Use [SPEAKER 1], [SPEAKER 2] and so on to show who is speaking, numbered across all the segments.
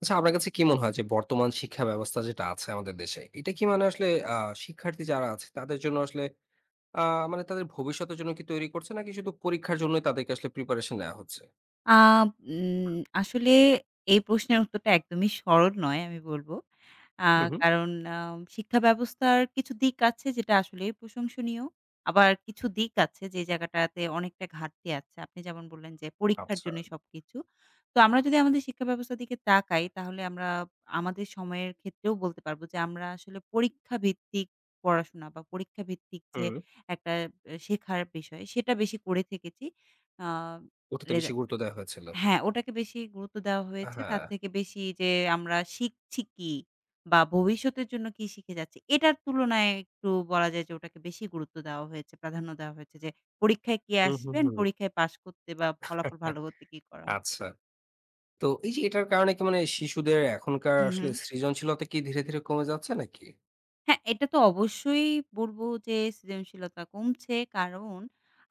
[SPEAKER 1] আচ্ছা আপনার কাছে কি মনে হয় যে বর্তমান শিক্ষা ব্যবস্থা যেটা আছে আমাদের দেশে, এটা কি মানে আসলে আ শিক্ষার্থী যারা আছে তাদের জন্য আসলে আ মানে তাদের ভবিষ্যতের জন্য কি তৈরি করছে নাকি শুধু পরীক্ষার জন্যই তাদেরকে আসলে প্রিপারেশন নেয়া হচ্ছে?
[SPEAKER 2] আ উম আসলে এই প্রশ্নের উত্তরটা একদমই সরল নয় আমি বলব। আ
[SPEAKER 1] হু, হু।
[SPEAKER 2] কারণ আ শিক্ষা ব্যবস্থার কিছু দিক আছে যেটা আসলেই প্রশংসনীয়। আবার কিছু দিক আছে যে জায়গাটাতে অনেকটা ঘাটতি আছে। আপনি যেমন বললেন যে পরীক্ষার
[SPEAKER 1] আচ্ছা।
[SPEAKER 2] জন্য সবকিছু। তো আমরা যদি আমাদের শিক্ষা ব্যবস্থার দিকে তাকাই তাহলে আমরা আমাদের সময়ের ক্ষেত্রেও বলতে পারব যে আমরা আসলে পরীক্ষা ভিত্তিক পড়াশোনা বা পরীক্ষা ভিত্তিক যে
[SPEAKER 1] হুম।
[SPEAKER 2] একটা এ শেখার বিষয় সেটা বেশি করে থেকেছি। আ
[SPEAKER 1] ওটাতে
[SPEAKER 2] রেজা
[SPEAKER 1] বেশি গুরুত্ব দেয়া হয়েছিল।
[SPEAKER 2] হ্যাঁ, ওটাকে বেশি গুরুত্ব দেওয়া হয়েছে। তার
[SPEAKER 1] হ্যাঁ।
[SPEAKER 2] থেকে বেশি যে আমরা শিখছি কি? বা ভবিষ্যতের জন্য কি শিখে যাচ্ছি? এটার তুলনায় একটু বলা যায় যে ওটাকে বেশি গুরুত্ব দেওয়া হয়েছে, প্রাধান্য দেওয়া হয়েছে যে পরীক্ষায় কে
[SPEAKER 1] হুম, হুম,
[SPEAKER 2] আসবেন?
[SPEAKER 1] হুম।
[SPEAKER 2] পরীক্ষায় পাস করতে বা ফলাফল ভালো করতে কি করা হবে?
[SPEAKER 1] আচ্ছা। তো এই যে এটার কারণে কি মানে শিশুদের এখনকার
[SPEAKER 2] হু, হু।
[SPEAKER 1] আসলে সৃজনশীলতা কি ধীরে, ধীরে কমে যাচ্ছে নাকি?
[SPEAKER 2] হ্যাঁ, এটা তো অবশ্যই বলব যে সৃজনশীলতা কমছে। কারণ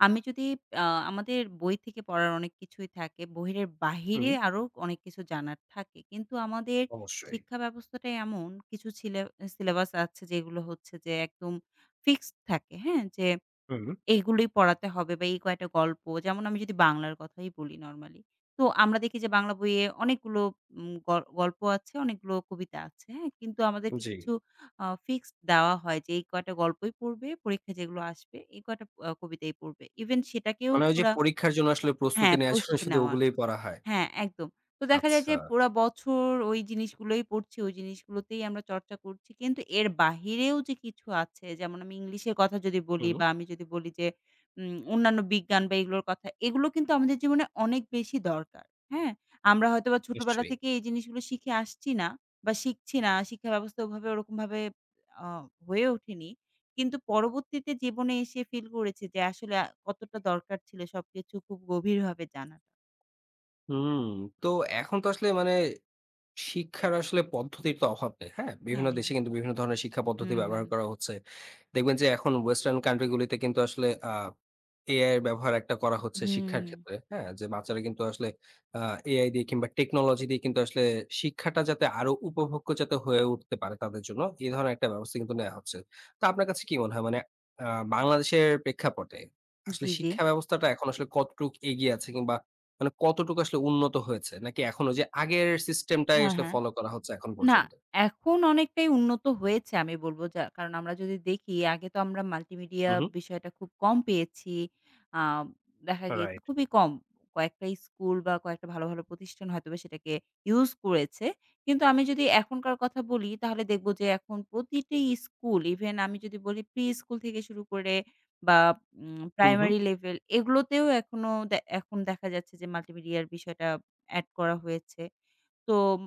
[SPEAKER 2] আমি যদি আ আমাদের বই থেকে পড়ার অনেক কিছুই থাকে। বইয়ের
[SPEAKER 1] হুম,
[SPEAKER 2] বাহিরে আরো অনেক কিছু জানার থাকে। কিন্তু আমাদের
[SPEAKER 1] অবশ্যই।
[SPEAKER 2] শিক্ষা ব্যবস্থাটা এমন কিছু ছিলে সিলেবাস আছে যেগুলো হচ্ছে যে একদম ফিক্সড থাকে। হ্যাঁ? যে
[SPEAKER 1] হুম,
[SPEAKER 2] এগুলোই পড়াতে হবে বা এই কয়েকটা গল্প যেমন আমি যদি বাংলার কথাই বলি নরমালি। তো আমরা দেখি যে বাংলা বইয়ে অনেকগুলো উম গ গল্প আছে, অনেকগুলো কবিতা আছে, হ্যাঁ? কিন্তু আমাদেরকে
[SPEAKER 1] জি।
[SPEAKER 2] কিছু ফিক্সড দেওয়া হয় যে, এই কয়টা গল্পই পড়বে, পরীক্ষায় যেগুলো আসবে, এই কয়টা কবিতাই পড়বে। ইভেন সেটাকেও
[SPEAKER 1] মানে ওই যে
[SPEAKER 2] পুরা
[SPEAKER 1] পরীক্ষার জন্য আসলে
[SPEAKER 2] হ্যাঁ,
[SPEAKER 1] প্রস্তুতি নেয়ার জন্য
[SPEAKER 2] প্রস্তুতি
[SPEAKER 1] শুধু
[SPEAKER 2] নেওয়া।
[SPEAKER 1] ওগুলোই পড়া হয়।
[SPEAKER 2] হ্যাঁ, একদম। তো দেখা যায়
[SPEAKER 1] আচ্ছা।
[SPEAKER 2] যে পুরা বছর ওই জিনিসগুলোই পড়ছি, ওই জিনিসগুলোতেই আমরা চর্চা করছি। কিন্তু এর বাহিরেও যে কিছু আছে যেমন আমি ইংলিশের কথা যদি বলি
[SPEAKER 1] হুম।
[SPEAKER 2] বা আমি যদি বলি যে অন্যান্য বিজ্ঞান বা এগুলোর কথা, এগুলো কিন্তু আমাদের জীবনে অনেক বেশি দরকার। হ্যাঁ? আমরা হয়তোবা ছোটবেলা
[SPEAKER 1] নিশ্চয়ই।
[SPEAKER 2] থেকে এই জিনিসগুলো শিখে আসছি না বা শিখছি না। শিক্ষা ব্যবস্থা ওভাবে ওরকমভাবে আ হয়ে ওঠেনি। কিন্তু পরবর্তীতে জীবনে এসে ফিল করেছি যে আসলে কতটা দরকার ছিল সবকিছু খুব গভীরভাবে জানাটা।
[SPEAKER 1] হুম, তো এখন তো আসলে মানে শিক্ষার আসলে পদ্ধতির তো অভাব নেই। হ্যাঁ?
[SPEAKER 2] হ্যাঁ,
[SPEAKER 1] বিভিন্ন
[SPEAKER 2] হ্যাঁ।
[SPEAKER 1] দেশে কিন্তু বিভিন্ন ধরনের শিক্ষা পদ্ধতি
[SPEAKER 2] হুম, হুম।
[SPEAKER 1] ব্যবহার করা হচ্ছে। দেখবেন যে এখন ওয়েস্টার্ন কান্ট্রি গুলিতে কিন্তু আসলে এআই এর ব্যবহার একটা করা হচ্ছে শিক্ষার
[SPEAKER 2] হুম,
[SPEAKER 1] ক্ষেত্রে। হ্যাঁ? যে বাচ্চারা কিন্তু আসলে আ এআই দিয়ে কিংবা টেকনোলজি দিয়ে কিন্তু আসলে শিক্ষাটা যাতে আরো উপভোগ্য যাতে হয়ে উঠতে পারে তাদের জন্য, এ ধরনের একটা ব্যবস্থা কিন্তু নেয়া হচ্ছে। তো আপনার কাছে কি মনে হয় মানে আ বাংলাদেশের প্রেক্ষাপটে আসলে
[SPEAKER 2] জি, জি।
[SPEAKER 1] শিক্ষা ব্যবস্থাটা এখন আসলে কতটুক এগিয়ে আছে কিংবা মানে কতটুকু আসলে উন্নত হয়েছে? নাকি এখনো যে আগের সিস্টেমটাই
[SPEAKER 2] হ্যাঁ,
[SPEAKER 1] আসলে
[SPEAKER 2] হ্যাঁ।
[SPEAKER 1] ফলো করা হচ্ছে এখন
[SPEAKER 2] না,
[SPEAKER 1] পর্যন্ত?
[SPEAKER 2] এখন অনেকটাই উন্নত হয়েছে আমি বলব। যা কারণ আমরা যদি দেখি আগে তো আমরা মাল্টিমিডিয়া
[SPEAKER 1] হু, হু।
[SPEAKER 2] বিষয়টা খুব কম পেয়েছি। আ দেখা গিয়েছে
[SPEAKER 1] রাইট।
[SPEAKER 2] খুবই কম। কয়েকটা স্কুল বা কয়েকটা ভালো, ভালো প্রতিষ্ঠান হয়তোবা সেটাকে ইউজ করেছে। কিন্তু আমি যদি এখনকার কথা বলি তাহলে দেখব যে এখন প্রতিটি স্কুল ইভেন আমি যদি বলি প্রি-স্কুল থেকে শুরু করে বা
[SPEAKER 1] হু, হু।
[SPEAKER 2] প্রাইমারি লেভেল এগুলোতেও এখন দেখা যাচ্ছে যে মাল্টিমিডিয়ার বিষয়টা এড করা হয়েছে। তো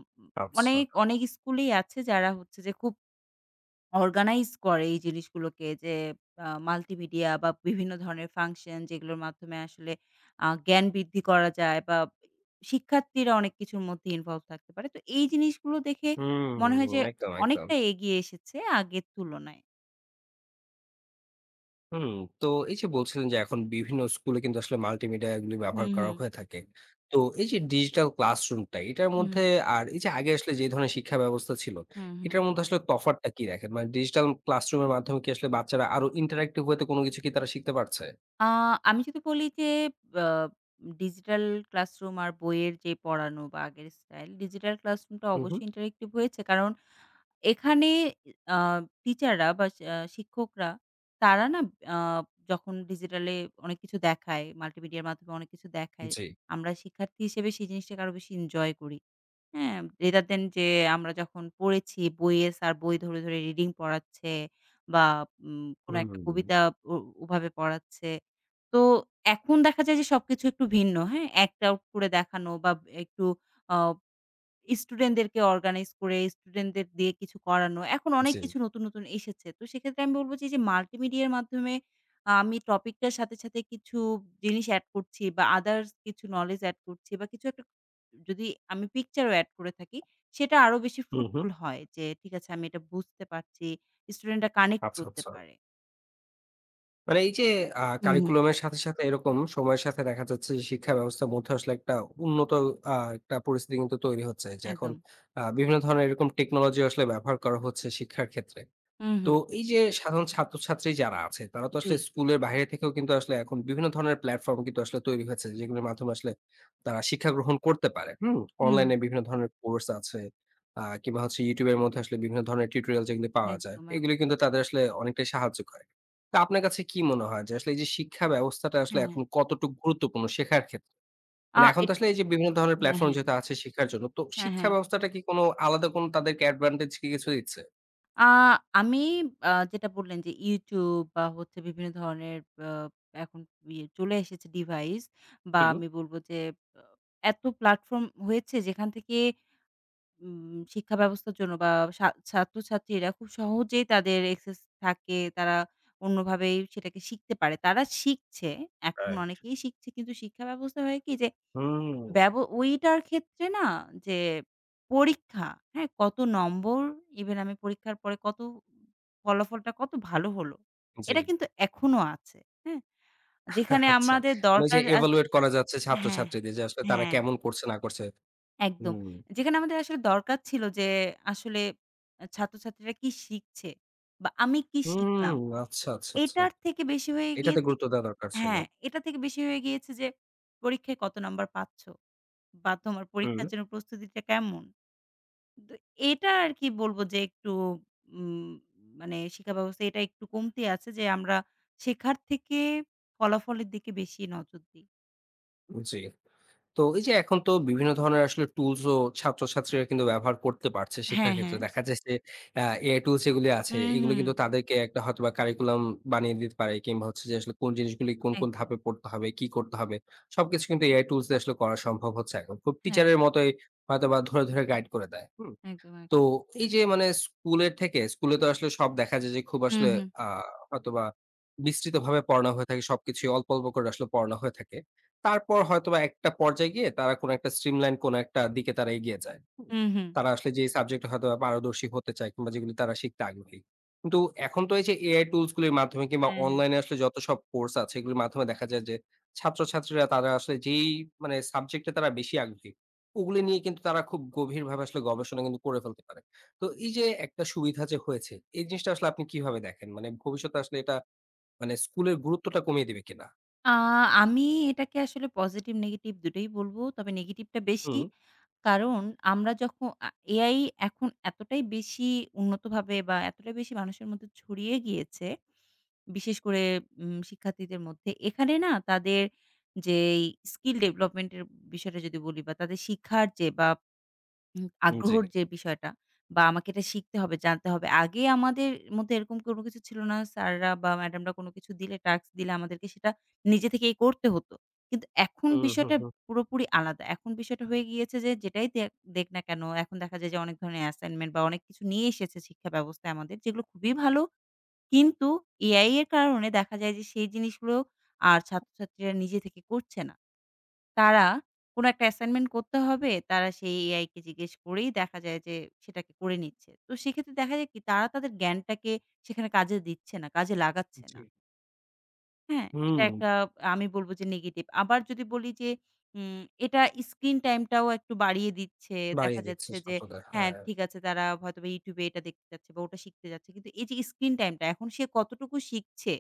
[SPEAKER 1] আচ্ছা।
[SPEAKER 2] অনেক, অনেক স্কুলেই আছে যারা হচ্ছে যে খুব অর্গানাইজ করে এই জিনিসগুলোকে যে মাল্টিমিডিয়া বা বিভিন্ন ধরনের ফাংশন যেগুলোর মাধ্যমে আসলে জ্ঞান বৃদ্ধি করা যায় বা শিক্ষার্থীরা অনেক কিছুর মধ্যে ইনভলভ থাকতে পারে। তো এই জিনিসগুলো দেখে
[SPEAKER 1] হুম,
[SPEAKER 2] মনে হয় যে
[SPEAKER 1] একদম, একদম।
[SPEAKER 2] অনেকটা এগিয়ে এসেছে আগের তুলনায়।
[SPEAKER 1] হুম, তো এই যে বলছিলেন যে এখন বিভিন্ন স্কুলে কিন্তু আসলে মাল্টিমিডিয়া এগুলি ব্যবহার
[SPEAKER 2] হুম,
[SPEAKER 1] করা
[SPEAKER 2] হুম,
[SPEAKER 1] হয়ে থাকে। তো এই যে ডিজিটাল ক্লাসরুমটা এটার মধ্যে
[SPEAKER 2] হুম,
[SPEAKER 1] আর এই যে আগে আসলে যে ধরনের শিক্ষা ব্যবস্থা ছিল,
[SPEAKER 2] হুম, হুম।
[SPEAKER 1] এটার মধ্যে আসলে তফাৎটা কি রাখেন? মানে ডিজিটাল ক্লাসরুমের মাধ্যমে কি আসলে বাচ্চারা আরো ইন্টারেক্টিভ ওয়েতে কোনো কিছু কি তারা শিখতে পারছে?
[SPEAKER 2] আ আমি যদি বলি যে আ ডিজিটাল ক্লাসরুম আর বইয়ের যে পড়ানো বা আগের স্টাইল, ডিজিটাল ক্লাসরুমটা
[SPEAKER 1] হু, হু।
[SPEAKER 2] অবশ্যই ইন্টারেক্টিভ হয়েছে। কারণ এখানে আ টিচাররা বা শিক্ষকরা তারা না আ যখন ডিজিটালে অনেক কিছু দেখায়, মাল্টিমিডিয়ার মাধ্যমে অনেক কিছু দেখায়,
[SPEAKER 1] জি।
[SPEAKER 2] আমরা শিক্ষার্থী হিসেবে সেই জিনিসটাকে আরো বেশি এনজয় করি। হ্যাঁ, রেদার দেন যে আমরা যখন পড়েছি বইয়ে স্যার বই ধরে, ধরে রিডিং পড়াচ্ছে বা কোনো একটা
[SPEAKER 1] হুম,
[SPEAKER 2] কবিতা ও ওভাবে পড়াচ্ছে। তো এখন দেখা যায় যে সবকিছু একটু ভিন্ন, হ্যাঁ? act out করে দেখানো বা একটু অ স্টুডেন্টদেরকে অর্গানাইজ করে স্টুডেন্টদের দিয়ে কিছু করানো। এখন অনেক
[SPEAKER 1] জি।
[SPEAKER 2] কিছু নতুন, নতুন এসেছে। তো সেক্ষেত্রে আমি বলব যে এইযে মাল্টিমিডিয়ার মাধ্যমে আমি টপিকটার সাথে, সাথে কিছু জিনিস এড করছি বা আদার্স কিছু নলেজ এড করছি বা কিছু একটা যদি আমি পিকচারও এড করে থাকি, সেটা আরো বেশি
[SPEAKER 1] হু, হু।
[SPEAKER 2] ফ্রুটফুল হয় যে ঠিক আছে আমি এটা বুঝতে পারছি। স্টুডেন্টরা কানেক্ট
[SPEAKER 1] আচ্ছা,
[SPEAKER 2] করতে
[SPEAKER 1] আচ্ছা।
[SPEAKER 2] পারে।
[SPEAKER 1] মানে এই যে
[SPEAKER 2] হুম, হুম।
[SPEAKER 1] কারিকুলামের সাথে, সাথে এরকম সময়ের সাথে দেখা যাচ্ছে যে শিক্ষা ব্যবস্থার মধ্যে আসলে একটা উন্নত আ একটা পরিস্থিতি কিন্তু তৈরি হচ্ছে। যে এখন
[SPEAKER 2] একদম।
[SPEAKER 1] বিভিন্ন ধরনের এরকম টেকনোলজি আসলে ব্যবহার করা হচ্ছে শিক্ষার ক্ষেত্রে।
[SPEAKER 2] হুম,
[SPEAKER 1] তো
[SPEAKER 2] হুম।
[SPEAKER 1] এই যে সাধারণ ছাত্রছাত্রী যারা আছে তারা তো
[SPEAKER 2] জি।
[SPEAKER 1] আসলে স্কুলের বাইরে থেকেও কিন্তু আসলে এখন বিভিন্ন ধরনের প্ল্যাটফর্ম কিন্তু আসলে তৈরি হয়েছে যেগুলোর মাধ্যমে আসলে তারা শিক্ষা গ্রহণ করতে পারে। হুম?
[SPEAKER 2] হুম।
[SPEAKER 1] অনলাইনে বিভিন্ন ধরনের কোর্স আছে। কিংবা হচ্ছে YouTube এর মধ্যে আসলে বিভিন্ন ধরনের টিউটোরিয়াল যেগুলো পাওয়া যায়।
[SPEAKER 2] একদম,
[SPEAKER 1] এগুলো
[SPEAKER 2] একদম।
[SPEAKER 1] কিন্তু তাদের আসলে অনেকটাই সাহায্য করে। তো আপনার কাছে কি মনে হয় যে আসলে এই যে শিক্ষা ব্যবস্থাটা আসলে
[SPEAKER 2] হ্যাঁ।
[SPEAKER 1] এখন কতটুকু গুরুত্বপূর্ণ শেখার ক্ষেত্রে?
[SPEAKER 2] আ
[SPEAKER 1] মানে এখন
[SPEAKER 2] এট
[SPEAKER 1] তো আসলে এই যে বিভিন্ন ধরনের
[SPEAKER 2] হ্যাঁ,
[SPEAKER 1] প্ল্যাটফর্ম
[SPEAKER 2] হ্যাঁ।
[SPEAKER 1] যেহেতু আছে শিক্ষার জন্য, তো
[SPEAKER 2] হ্যাঁ,
[SPEAKER 1] শিক্ষা
[SPEAKER 2] হ্যাঁ।
[SPEAKER 1] ব্যবস্থাটা কি কোনো আলাদা কোনো তাদেরকে অ্যাডভান্টেজ কি কিছু দিচ্ছে?
[SPEAKER 2] আ আমি যেটা বললেন যে YouTube বা হচ্ছে বিভিন্ন ধরনের আ এখন ইয়ে চলে এসেছে ডিভাইস বা
[SPEAKER 1] হুম।
[SPEAKER 2] আমি বলব যে আ এত প্ল্যাটফর্ম হয়েছে যেখান থেকে শিক্ষা ব্যবস্থার জন্য বা ছাত্রছাত্রীরা খুব সহজেই তাদের অ্যাক্সেস থাকে। তারা অন্যভাবেই সেটাকে শিখতে পারে। তারা শিখছে। এখন
[SPEAKER 1] রাইট।
[SPEAKER 2] অনেকেই শিখছে কিন্তু শিক্ষা ব্যবস্থা হয় কি যে
[SPEAKER 1] হুম,
[SPEAKER 2] ব্যব ওইটার ক্ষেত্রে না যে পরীক্ষা, হ্যাঁ? কত নম্বর ইভেন আমি পরীক্ষার পরে কত ফলাফলটা কত ভালো হলো।
[SPEAKER 1] জি।
[SPEAKER 2] এটা কিন্তু এখনো আছে, হ্যাঁ? যেখানে
[SPEAKER 1] আচ্ছা।
[SPEAKER 2] আমাদের
[SPEAKER 1] মানে ওই যে
[SPEAKER 2] দরকার
[SPEAKER 1] evaluate করা যাচ্ছে
[SPEAKER 2] হ্যাঁ,
[SPEAKER 1] ছাত্রছাত্রীদের যে আসলে তারা
[SPEAKER 2] হ্যাঁ,
[SPEAKER 1] কেমন করছে না করছে।
[SPEAKER 2] একদম।
[SPEAKER 1] হুম,
[SPEAKER 2] যেখানে আমাদের আসলে দরকার ছিল যে আসলে ছাত্রছাত্রীরা কি শিখছে বা আমি কি
[SPEAKER 1] হুম,
[SPEAKER 2] শিখলাম?
[SPEAKER 1] আচ্ছা, আচ্ছা, আচ্ছা।
[SPEAKER 2] এটার থেকে বেশি হয়ে
[SPEAKER 1] এটাতে
[SPEAKER 2] গিয়েছে
[SPEAKER 1] গুরুত্ব দেওয়া দরকার ছিল।
[SPEAKER 2] হ্যাঁ, এটা থেকে বেশি হয়ে গিয়েছে যে পরীক্ষায় কত নাম্বার পাচ্ছ বা তোমার
[SPEAKER 1] হুম,
[SPEAKER 2] পরীক্ষার জন্য প্রস্তুতিটা কেমন? দু এটা আর কি বলব যে একটু উম মানে শিক্ষা ব্যবস্থায় এটা একটু কমতি আছে যে আমরা শেখার থেকে ফলাফলের দিকে বেশি নজর দিই।
[SPEAKER 1] জি। তো এই যে এখন তো বিভিন্ন ধরনের আসলে টুলস ও ছাত্রছাত্রীরা কিন্তু ব্যবহার করতে পারছে শিক্ষার
[SPEAKER 2] হ্যাঁ, হ্যাঁ।
[SPEAKER 1] ক্ষেত্রে। দেখা যায় যে এআই টুলস যেগুলি আছে
[SPEAKER 2] হুম,
[SPEAKER 1] এগুলো
[SPEAKER 2] হুম।
[SPEAKER 1] কিন্তু তাদেরকে একটা হয়তোবা কারিকুলাম বানিয়ে দিতে পারে কিংবা হচ্ছে যে আসলে কোন জিনিসগুলি কোন, কোন
[SPEAKER 2] একদম।
[SPEAKER 1] ধাপে পড়তে হবে, কি করতে হবে সবকিছু কিন্তু এআই টুলস দিয়ে আসলে করা সম্ভব হচ্ছে এখন। খুব
[SPEAKER 2] হ্যাঁ,
[SPEAKER 1] টিচারের মতোই হয়তোবা ধরে, ধরে গাইড করে দেয়। হুম?
[SPEAKER 2] একদম, এক
[SPEAKER 1] তো এই যে মানে স্কুলের থেকে স্কুলে তো আসলে সব দেখা যায় যে খুব
[SPEAKER 2] হুম,
[SPEAKER 1] আসলে
[SPEAKER 2] হুম।
[SPEAKER 1] আ হয়তোবা বিস্তৃতভাবে পড়ানো হয়ে থাকে। সবকিছুই অল্প, অল্প করে আসলে পড়ানো হয়ে থাকে। তারপর হয়তোবা একটা পর্যায়ে গিয়ে তারা কোনো একটা স্ট্রিমলাইন কোনো একটা দিকে তারা এগিয়ে যায়। হুম?
[SPEAKER 2] হুম, হুম।
[SPEAKER 1] তারা আসলে যে সাবজেক্টে হয়তোবা পারদর্শী হতে চায় কিংবা যেগুলি তারা শিখতে আগ্রহী। কিন্তু এখন তো এই যে এআই টুলস গুলির মাধ্যমে কিংবা
[SPEAKER 2] হ্যাঁ, হ্যাঁ।
[SPEAKER 1] অনলাইনে আসলে যত সব কোর্স আছে এগুলির মাধ্যমে দেখা যায় যে ছাত্রছাত্রীরা তারা আসলে যেই মানে সাবজেক্টে তারা বেশি আগ্রহী ওগুলো নিয়ে কিন্তু তারা খুব গভীরভাবে আসলে গবেষণা কিন্তু করে ফেলতে পারে। তো এই যে একটা সুবিধা যে হয়েছে, এই জিনিসটা আসলে আপনি কিভাবে দেখেন? মানে ভবিষ্যতে আসলে এটা মানে স্কুলের গুরুত্বটা কমিয়ে দিবে কিনা?
[SPEAKER 2] আ আমি এটাকে আসলে পজিটিভ নেগেটিভ দুটোই বলব। তবে নেগেটিভটা বেশি।
[SPEAKER 1] হুম,
[SPEAKER 2] কারণ আমরা যখ আ এআই এখন এতটাই বেশি উন্নতভাবে বা এতটাই বেশি মানুষের মধ্যে ছড়িয়ে গিয়েছে বিশেষ করে শিক্ষার্থীদের মধ্যে। এখানে না তাদের যেই স্কিল ডেভেলপমেন্ট এর বিষয়টা যদি বলি বা তাদের শিক্ষার যে বা
[SPEAKER 1] জি।
[SPEAKER 2] আগ্রহর যে বিষয়টা বা আমাকে এটা শিখতে হবে, জানতে হবে। আগে আমাদের মধ্যে এরকম কোনো কিছু ছিল না। স্যাররা বা ম্যাডামরা কোনো কিছু দিলে টাস্ক দিলে আমাদেরকে সেটা নিজে থেকেই করতে হতো। কিন্তু এখন
[SPEAKER 1] হুম, হুম,
[SPEAKER 2] বিষয়টা
[SPEAKER 1] হুম।
[SPEAKER 2] পুরোপুরি আলাদা। এখন বিষয়টা হয়ে গিয়েছে যে যেটাই দেখ দেখ না কেন এখন দেখা যায় যে অনেক ধরনের অ্যাসাইনমেন্ট বা অনেক কিছু নিয়ে এসেছে শিক্ষা ব্যবস্থায় আমাদের যেগুলো খুবই ভালো কিন্তু এআই এর কারণে দেখা যায় যে সেই জিনিসগুলো আর ছাত্রছাত্রীরা নিজে থেকে করছে না। তারা কোন একটা অ্যাসাইনমেন্ট করতে হবে, তারা সেই এআই কে জিজ্ঞেস করেই দেখা যায় যে সেটাকে করে নিচ্ছে। তো সেক্ষেত্রে দেখা যায় কি তারা তাদের জ্ঞানটাকে সেখানে কাজে দিচ্ছে না, কাজে লাগাচ্ছে না।
[SPEAKER 1] জি।
[SPEAKER 2] হ্যাঁ, এটা
[SPEAKER 1] হুম,
[SPEAKER 2] একটা আমি বলব যে নেগেটিভ। আবার যদি বলি যে এটা স্ক্রিন টাইমটাও একটু বাড়িয়ে দিচ্ছে। দেখা
[SPEAKER 1] বাড়িয়ে দিচ্ছে
[SPEAKER 2] যাচ্ছে যে
[SPEAKER 1] ছাত্রদের।
[SPEAKER 2] হ্যাঁ,
[SPEAKER 1] হ্যাঁ,
[SPEAKER 2] ঠিক আছে তারা হয়তোবা YouTube এ এটা দেখতে যাচ্ছে বা ওটা শিখতে যাচ্ছে। কিন্তু এই যে স্ক্রিন টাইমটা এখন সে কতটুকু শিখছে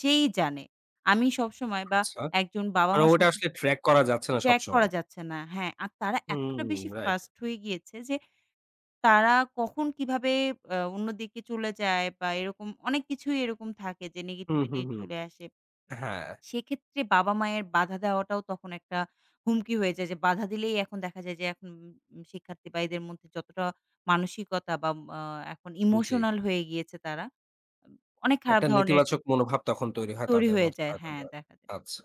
[SPEAKER 2] সেই জানে। আমি সবসময় বা
[SPEAKER 1] আচ্ছা।
[SPEAKER 2] একজন
[SPEAKER 1] মানে
[SPEAKER 2] বাবা-মা
[SPEAKER 1] ওটা আসলে
[SPEAKER 2] সবসময়
[SPEAKER 1] ট্র্যাক করা যাচ্ছে না
[SPEAKER 2] ট্র্যাক করা
[SPEAKER 1] সবসময়।
[SPEAKER 2] যাচ্ছে না। হ্যাঁ, আর তারা এতটা
[SPEAKER 1] হুম,
[SPEAKER 2] বেশি
[SPEAKER 1] রাইট।
[SPEAKER 2] ফাস্ট হয়ে গিয়েছে যে তারা কখন কিভাবে অন্যদিকে চলে যায় বা এরকম অনেক কিছুই এরকম থাকে যে
[SPEAKER 1] হুম,
[SPEAKER 2] নেগেটিভিটি
[SPEAKER 1] হুম, হুম।
[SPEAKER 2] চলে আসে।
[SPEAKER 1] হ্যাঁ,
[SPEAKER 2] সেক্ষেত্রে বাবা-মায়ের বাধা দেওয়াটাও তখন একটা হুমকি হয়ে যায় যে, বাধা দিলেই এখন দেখা যায় যে এখন শিক্ষার্থী বা এদের মধ্যে যতটা মানসিকতা বা আ এখন
[SPEAKER 1] জি।
[SPEAKER 2] ইমোশনাল হয়ে গিয়েছে তারা। উম, অনেক খারাপ
[SPEAKER 1] একটা
[SPEAKER 2] ধরনের
[SPEAKER 1] নেতিবাচক মনোভাব তখন তৈরি হয়
[SPEAKER 2] তৈরি
[SPEAKER 1] তাদের
[SPEAKER 2] হয়ে
[SPEAKER 1] মধ্যে
[SPEAKER 2] যায়। হ্যাঁ,
[SPEAKER 1] হয়তোবা।
[SPEAKER 2] দেখা যায়।
[SPEAKER 1] আচ্ছা।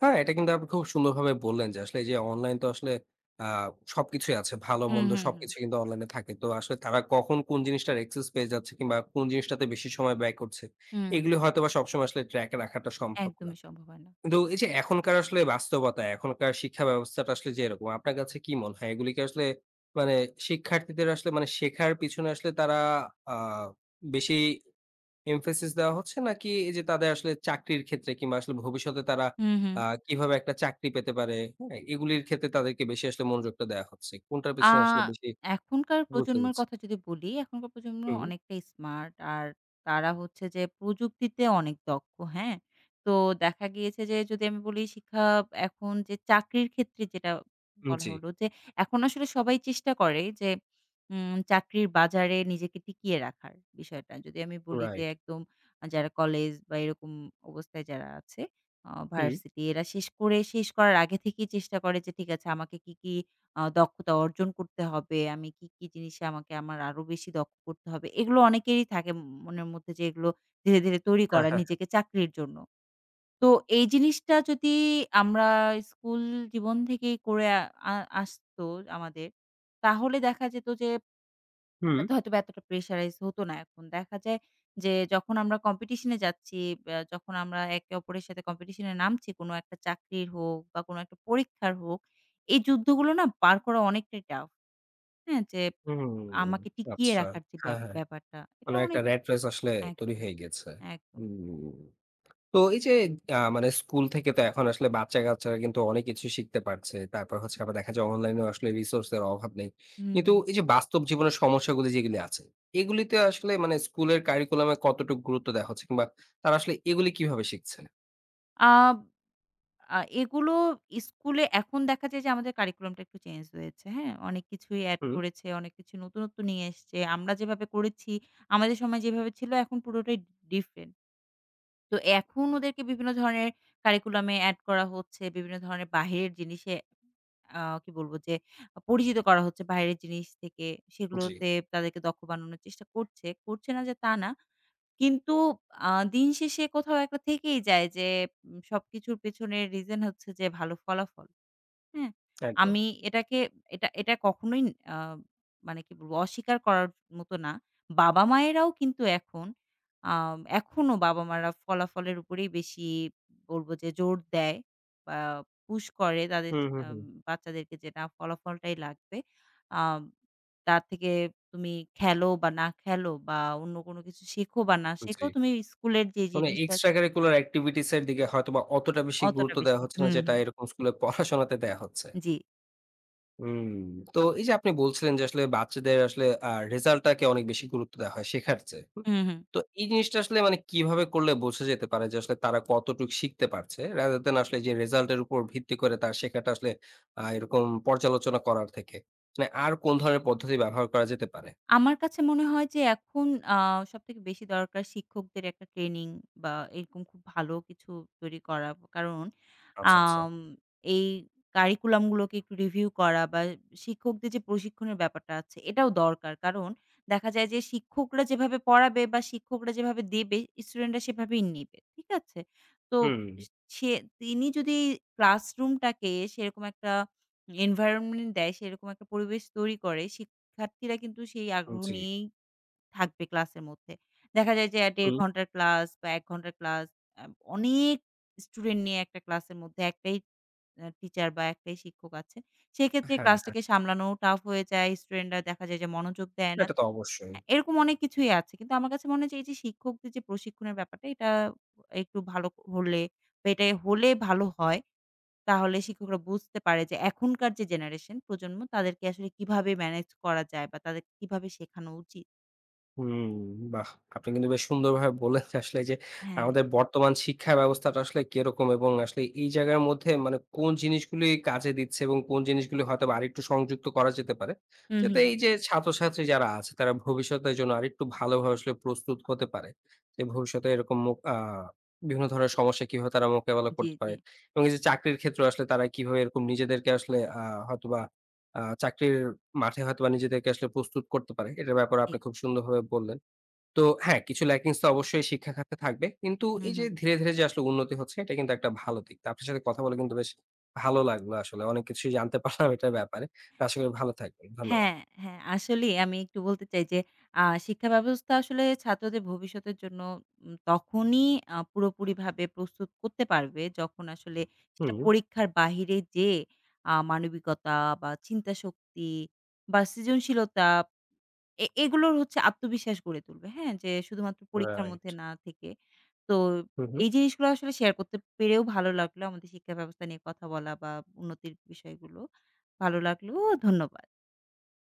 [SPEAKER 1] হ্যাঁ, এটা কিন্তু আপনি খুব সুন্দরভাবে বললেন যে আসলে এই যে অনলাইন তো আসলে আ সবকিছুই আছে। ভালো
[SPEAKER 2] হুম,
[SPEAKER 1] মন্দ
[SPEAKER 2] হুম, হুম।
[SPEAKER 1] সবকিছুই কিন্তু অনলাইনে থাকে। তো আসলে তারা কখন কোন জিনিসটার access পেয়ে যাচ্ছে কিংবা কোন জিনিসটাতে বেশি সময় ব্যয় করছে,
[SPEAKER 2] হুম।
[SPEAKER 1] এগুলি হয়তোবা সবসময় আসলে ট্র্যাকে রাখাটা সম্ভব না।
[SPEAKER 2] একদমই সম্ভব হয় না।
[SPEAKER 1] কিন্তু এই যে এখনকার আসলে বাস্তবতা, এখনকার শিক্ষা ব্যবস্থাটা আসলে যে এরকম, আপনার কাছে কি মনে হয়? এগুলি কি আসলে মানে শিক্ষার্থীদের আসলে মানে শেখার পিছনে আসলে তারা আ বেশি emphasis দেওয়া হচ্ছে নাকি এই যে তাদের আসলে চাকরির ক্ষেত্রে কিংবা আসলে ভবিষ্যতে তারা
[SPEAKER 2] হুম, হুম।
[SPEAKER 1] আ কিভাবে একটা চাকরি পেতে পারে, হ্যাঁ? এগুলির ক্ষেত্রে তাদেরকে বেশি আসলে মনোযোগটা দেয়া হচ্ছে। কোনটার
[SPEAKER 2] আ
[SPEAKER 1] পেছনে আসলে বেশি
[SPEAKER 2] এখনকার
[SPEAKER 1] গুরুত্ব
[SPEAKER 2] প্রজন্মের
[SPEAKER 1] দিচ্ছে?
[SPEAKER 2] কথা যদি বলি, এখনকার প্রজন্ম
[SPEAKER 1] হুম,
[SPEAKER 2] অনেকটাই স্মার্ট। আর তারা হচ্ছে যে প্রযুক্তিতে অনেক দক্ষ, হ্যাঁ? তো দেখা গিয়েছে যে যদি আমি বলি শিক্ষা এখন যে চাকরির ক্ষেত্রে যেটা
[SPEAKER 1] হুম,
[SPEAKER 2] বলা
[SPEAKER 1] জি,
[SPEAKER 2] হলো যে এখন আসলে সবাই চেষ্টা করে যে চাকরির বাজারে নিজেকে টিকিয়ে রাখার বিষয়টা। যদি আমি বলি যে
[SPEAKER 1] রাইট।
[SPEAKER 2] একদম যারা কলেজ বা এরকম অবস্থায় যারা আছে
[SPEAKER 1] হুম,
[SPEAKER 2] ভার্সিটি এরা শেষ করে শেষ করার আগে থেকেই চেষ্টা করে যে ঠিক আছে আমাকে কি, কি দক্ষতা অর্জন করতে হবে। আমি কি, কি জিনিসে আমাকে আমার আরো বেশি দক্ষ করতে হবে। এগুলো অনেকেরই থাকে মনের মধ্যে যে এগুলো ধীরে, ধীরে তৈরি
[SPEAKER 1] হ্যাঁ,
[SPEAKER 2] করা
[SPEAKER 1] হ্যাঁ, হ্যাঁ।
[SPEAKER 2] নিজেকে চাকরির জন্য। তো এই জিনিসটা যদি আমরা স্কুল জীবন থেকেই করে আ আ আসতো আমাদের, তাহলে দেখা যেত যে
[SPEAKER 1] হুম,
[SPEAKER 2] এটাতে হয়তোবা এতটা প্রেশারাইজ হতো না এখন। দেখা যায় যে যখন আমরা কম্পিটিশন এ যাচ্ছি, যখন আমরা একে অপরের সাথে কম্পিটিশন এ নামছি কোনো একটা চাকরির হোক বা কোনো একটা পরীক্ষার হোক, এই যুদ্ধগুলো না পার করা অনেকটাই টাফ। হ্যাঁ, যে
[SPEAKER 1] হুম,
[SPEAKER 2] আমাকে টিকিয়ে
[SPEAKER 1] আচ্ছা।
[SPEAKER 2] রাখার যে
[SPEAKER 1] হ্যাঁ, হ্যাঁ।
[SPEAKER 2] ব্যাপারটা এটা
[SPEAKER 1] মানে একটা
[SPEAKER 2] অনেক
[SPEAKER 1] র‍্যাট রেস আসলে তৈরি
[SPEAKER 2] একদম,
[SPEAKER 1] হয়ে গেছে।
[SPEAKER 2] একদম।
[SPEAKER 1] হুম। তো এই যে মানে স্কুল থেকে তো এখন আসলে বাচ্চা-কাচ্চারা কিন্তু অনেক কিছু শিখতে পারছে। তারপর হচ্ছে আবার দেখা যায় অনলাইনেও আসলে রিসোর্স এর অভাব নেই।
[SPEAKER 2] হুম,
[SPEAKER 1] কিন্তু
[SPEAKER 2] হুম।
[SPEAKER 1] এই যে বাস্তব জীবনের সমস্যাগুলি যেগুলি আছে, এগুলিতে আসলে মানে স্কুলের কারিকুলামে কতটুকু গুরুত্ব দেওয়া হচ্ছে? কিংবা তারা আসলে এগুলি কিভাবে শিখছে?
[SPEAKER 2] আব আ এগুলো স্কুলে এখন দেখা যায় যে আমাদের কারিকুলামটা একটু চেঞ্জ হয়েছে। হ্যাঁ? অনেক কিছুই এড
[SPEAKER 1] হুম,
[SPEAKER 2] করেছে, অনেক কিছু নতুনত্ব নিয়ে এসছে। আমরা যেভাবে করেছি, আমাদের সময় যেভাবে ছিল এখন পুরোটাই ডিফারেন্ট। তো এখন ওদেরকে বিভিন্ন ধরনের কারিকুলাম এ এড করা হচ্ছে। বিভিন্ন ধরনের বাহিরের জিনিসে কি বলব যে পরিচিত করা হচ্ছে বাইরের জিনিস থেকে।
[SPEAKER 1] জি,
[SPEAKER 2] সেগুলোতে তাদেরকে দক্ষ বানানোর চেষ্টা করছে। করছে না যে তা না। কিন্তু আ দিন শেষে কোথাও একটা থেকেই যায় যে সবকিছুর পেছনের রিজন হচ্ছে যে ভালো ফলাফল। হ্যাঁ?
[SPEAKER 1] একদম।
[SPEAKER 2] আমি এটাকে এটা এটা কখনোই আ মানে কি বলব অস্বীকার করার মতো না। বাবা-মায়েরাও কিন্তু এখন আ এখনো বাবা-মারা ফলাফলের উপরেই বেশি বলব যে জোর দেয় বা পুশ করে তাদের
[SPEAKER 1] হুম, হুম,
[SPEAKER 2] আম
[SPEAKER 1] হুম।
[SPEAKER 2] বাচ্চাদেরকে যে না ফলাফলটাই লাগবে। আম তার থেকে তুমি খেলো বা না খেলো বা অন্য কোনো কিছু শেখো বা না শেখো
[SPEAKER 1] জি।
[SPEAKER 2] তুমি স্কুলের যে
[SPEAKER 1] মানে
[SPEAKER 2] জিনিসটা
[SPEAKER 1] এক্সট্রা কারিকুলার অ্যাক্টিভিটিস এর দিকে হয়তোবা অতটা বেশি
[SPEAKER 2] অতটা
[SPEAKER 1] গুরুত্ব
[SPEAKER 2] বেশি
[SPEAKER 1] দেওয়া হচ্ছে না
[SPEAKER 2] হুম,
[SPEAKER 1] যেটা
[SPEAKER 2] হুম।
[SPEAKER 1] এরকম স্কুলে পড়াশোনাতে দেয়া হচ্ছে।
[SPEAKER 2] জি।
[SPEAKER 1] হুম, তো এই যে আপনি বলছিলেন যে আসলে বাচ্চাদের আসলে রেজাল্টটাকে অনেক বেশি গুরুত্ব দেওয়া হয় শেখার চেয়ে। হুম?
[SPEAKER 2] হুম, হুম।
[SPEAKER 1] তো এই জিনিসটা আসলে মানে কিভাবে করলে বোঝা যেতে পারে যে আসলে তারা কতটুক শিখতে পারছে? rather than আসলে যে রেজাল্টের উপর ভিত্তি করে তার শেখাটা আসলে এরকম পর্যালোচনা করার থেকে। মানে আর কোন ধরনের পদ্ধতি ব্যবহার করা যেতে পারে?
[SPEAKER 2] আমার কাছে মনে হয় যে এখন আ সবথেকে বেশি দরকার শিক্ষকদের একটা ট্রেনিং বা এরকম খুব ভালো কিছু তৈরি করা। কারণ
[SPEAKER 1] আচ্ছা, আচ্ছা।
[SPEAKER 2] আম এই কারিকুলাম গুলোকে একটু রিভিউ করা বা শিক্ষকদের যে প্রশিক্ষণের ব্যাপারটা আছে এটাও দরকার। কারণ দেখা যায় যে শিক্ষকরা যেভাবে পড়াবে বা শিক্ষকরা যেভাবে দেবে স্টুডেন্টরা সেভাবেই নেবে। ঠিক আছে? তো
[SPEAKER 1] হুম,
[SPEAKER 2] সে তিনি যদি ক্লাসরুমটাকে সেরকম একটা এনভায়রনমেন্ট দেয়, সেরকম একটা পরিবেশ তৈরি করে শিক্ষার্থীরা কিন্তু সেই আগ্রহ
[SPEAKER 1] জি।
[SPEAKER 2] নিয়েই থাকবে ক্লাসের মধ্যে। দেখা যায় যে ১.৫
[SPEAKER 1] হুম।
[SPEAKER 2] ঘন্টার ক্লাস বা ১ ঘন্টার ক্লাস অ্যা অনেক স্টুডেন্ট নিয়ে একটা ক্লাসের মধ্যে একটাই টিচার বা একটাই শিক্ষক আছে। সেক্ষেত্রে
[SPEAKER 1] হ্যাঁ, হ্যাঁ।
[SPEAKER 2] ক্লাসটাকে সামলানোও টাফ হয়ে যায়। স্টুডেন্টরা দেখা যায় যে মনোযোগ দেয় না।
[SPEAKER 1] এটা তো অবশ্যই।
[SPEAKER 2] এরকম অনেক কিছুই আছে। কিন্তু আমার কাছে মনে হয় যে এই যে শিক্ষকদের যে প্রশিক্ষণের ব্যাপারটা এটা একটু ভালো হলে বা এটা হলে ভালো হয়। তাহলে শিক্ষকরা বুঝতে পারে যে এখনকার যে জেনারেশন প্রজন্ম তাদেরকে আসলে কিভাবে ম্যানেজ করা যায় বা তাদেরকে কিভাবে শেখানো উচিত।
[SPEAKER 1] হুম, বাহ! আপনি কিন্তু বেশ সুন্দরভাবে বললেন যে আসলে যে
[SPEAKER 2] হ্যাঁ,
[SPEAKER 1] আমাদের বর্তমান শিক্ষা ব্যবস্থাটা আসলে কিরকম এবং আসলে এই জায়গার মধ্যে মানে কোন জিনিসগুলি কাজে দিচ্ছে এবং কোন জিনিসগুলি হয়তোবা আরেকটু সংযুক্ত করা যেতে পারে।
[SPEAKER 2] হুম,
[SPEAKER 1] যাতে
[SPEAKER 2] হুম।
[SPEAKER 1] এই যে ছাত্রছাত্রী যারা আছে তারা ভবিষ্যতের জন্য আরেকটু ভালোভাবে আসলে প্রস্তুত হতে পারে। যে ভবিষ্যতে এরকম মো আ বিভিন্ন ধরনের সমস্যা কিভাবে তারা মোকাবেলা
[SPEAKER 2] জি,
[SPEAKER 1] করতে
[SPEAKER 2] জি,
[SPEAKER 1] পারে এবং এই যে চাকরির ক্ষেত্রে আসলে তারা কিভাবে এরকম নিজেদেরকে আসলে হয়তোবা চাকরির মাঠে হয়তোবা নিজেদেরকে আসলে প্রস্তুত করতে পারে। এটার ব্যাপারে
[SPEAKER 2] জি।
[SPEAKER 1] আপনি খুব সুন্দরভাবে বললেন। তো হ্যাঁ, কিছু ল্যাকিংস তো অবশ্যই শিক্ষা খাতে থাকবে। কিন্তু
[SPEAKER 2] হুম,
[SPEAKER 1] এই যে
[SPEAKER 2] হুম।
[SPEAKER 1] ধীরে, ধীরে যে আসলে উন্নতি হচ্ছে এটা কিন্তু একটা ভালো দিক। তো আপনার সাথে কথা বলে কিন্তু বেশ ভালো লাগলো আসলে। অনেক কিছুই জানতে পারলাম এটার ব্যাপারে। তো আশা করি ভালো থাকবেন। ধন্যবাদ।
[SPEAKER 2] হ্যাঁ, হ্যাঁ, আসলেই আমি একটু বলতে চাই যে শিক্ষা ব্যবস্থা আসলে ছাত্রদের ভবিষ্যতের জন্য তখনই পুরোপুরিভাবে প্রস্তুত করতে পারবে যখন আসলে সেটা
[SPEAKER 1] হুম,
[SPEAKER 2] পরীক্ষার বাহিরে যেয়ে মানবিকতা বা চিন্তাশক্তি বা সৃজনশীলতা এগুলোর হচ্ছে আত্মবিশ্বাস গড়ে তুলবে। হ্যাঁ? যে শুধুমাত্র পরীক্ষার
[SPEAKER 1] রাইট।
[SPEAKER 2] মধ্যে না থেকে। তো
[SPEAKER 1] হুম, হুম।
[SPEAKER 2] এই জিনিসগুলো আসলে শেয়ার করতে পেরেও ভালো লাগলো। আমাদের শিক্ষা ব্যবস্থা নিয়ে কথা বলা বা উন্নতির বিষয়গুলো। ভালো লাগলো। ধন্যবাদ।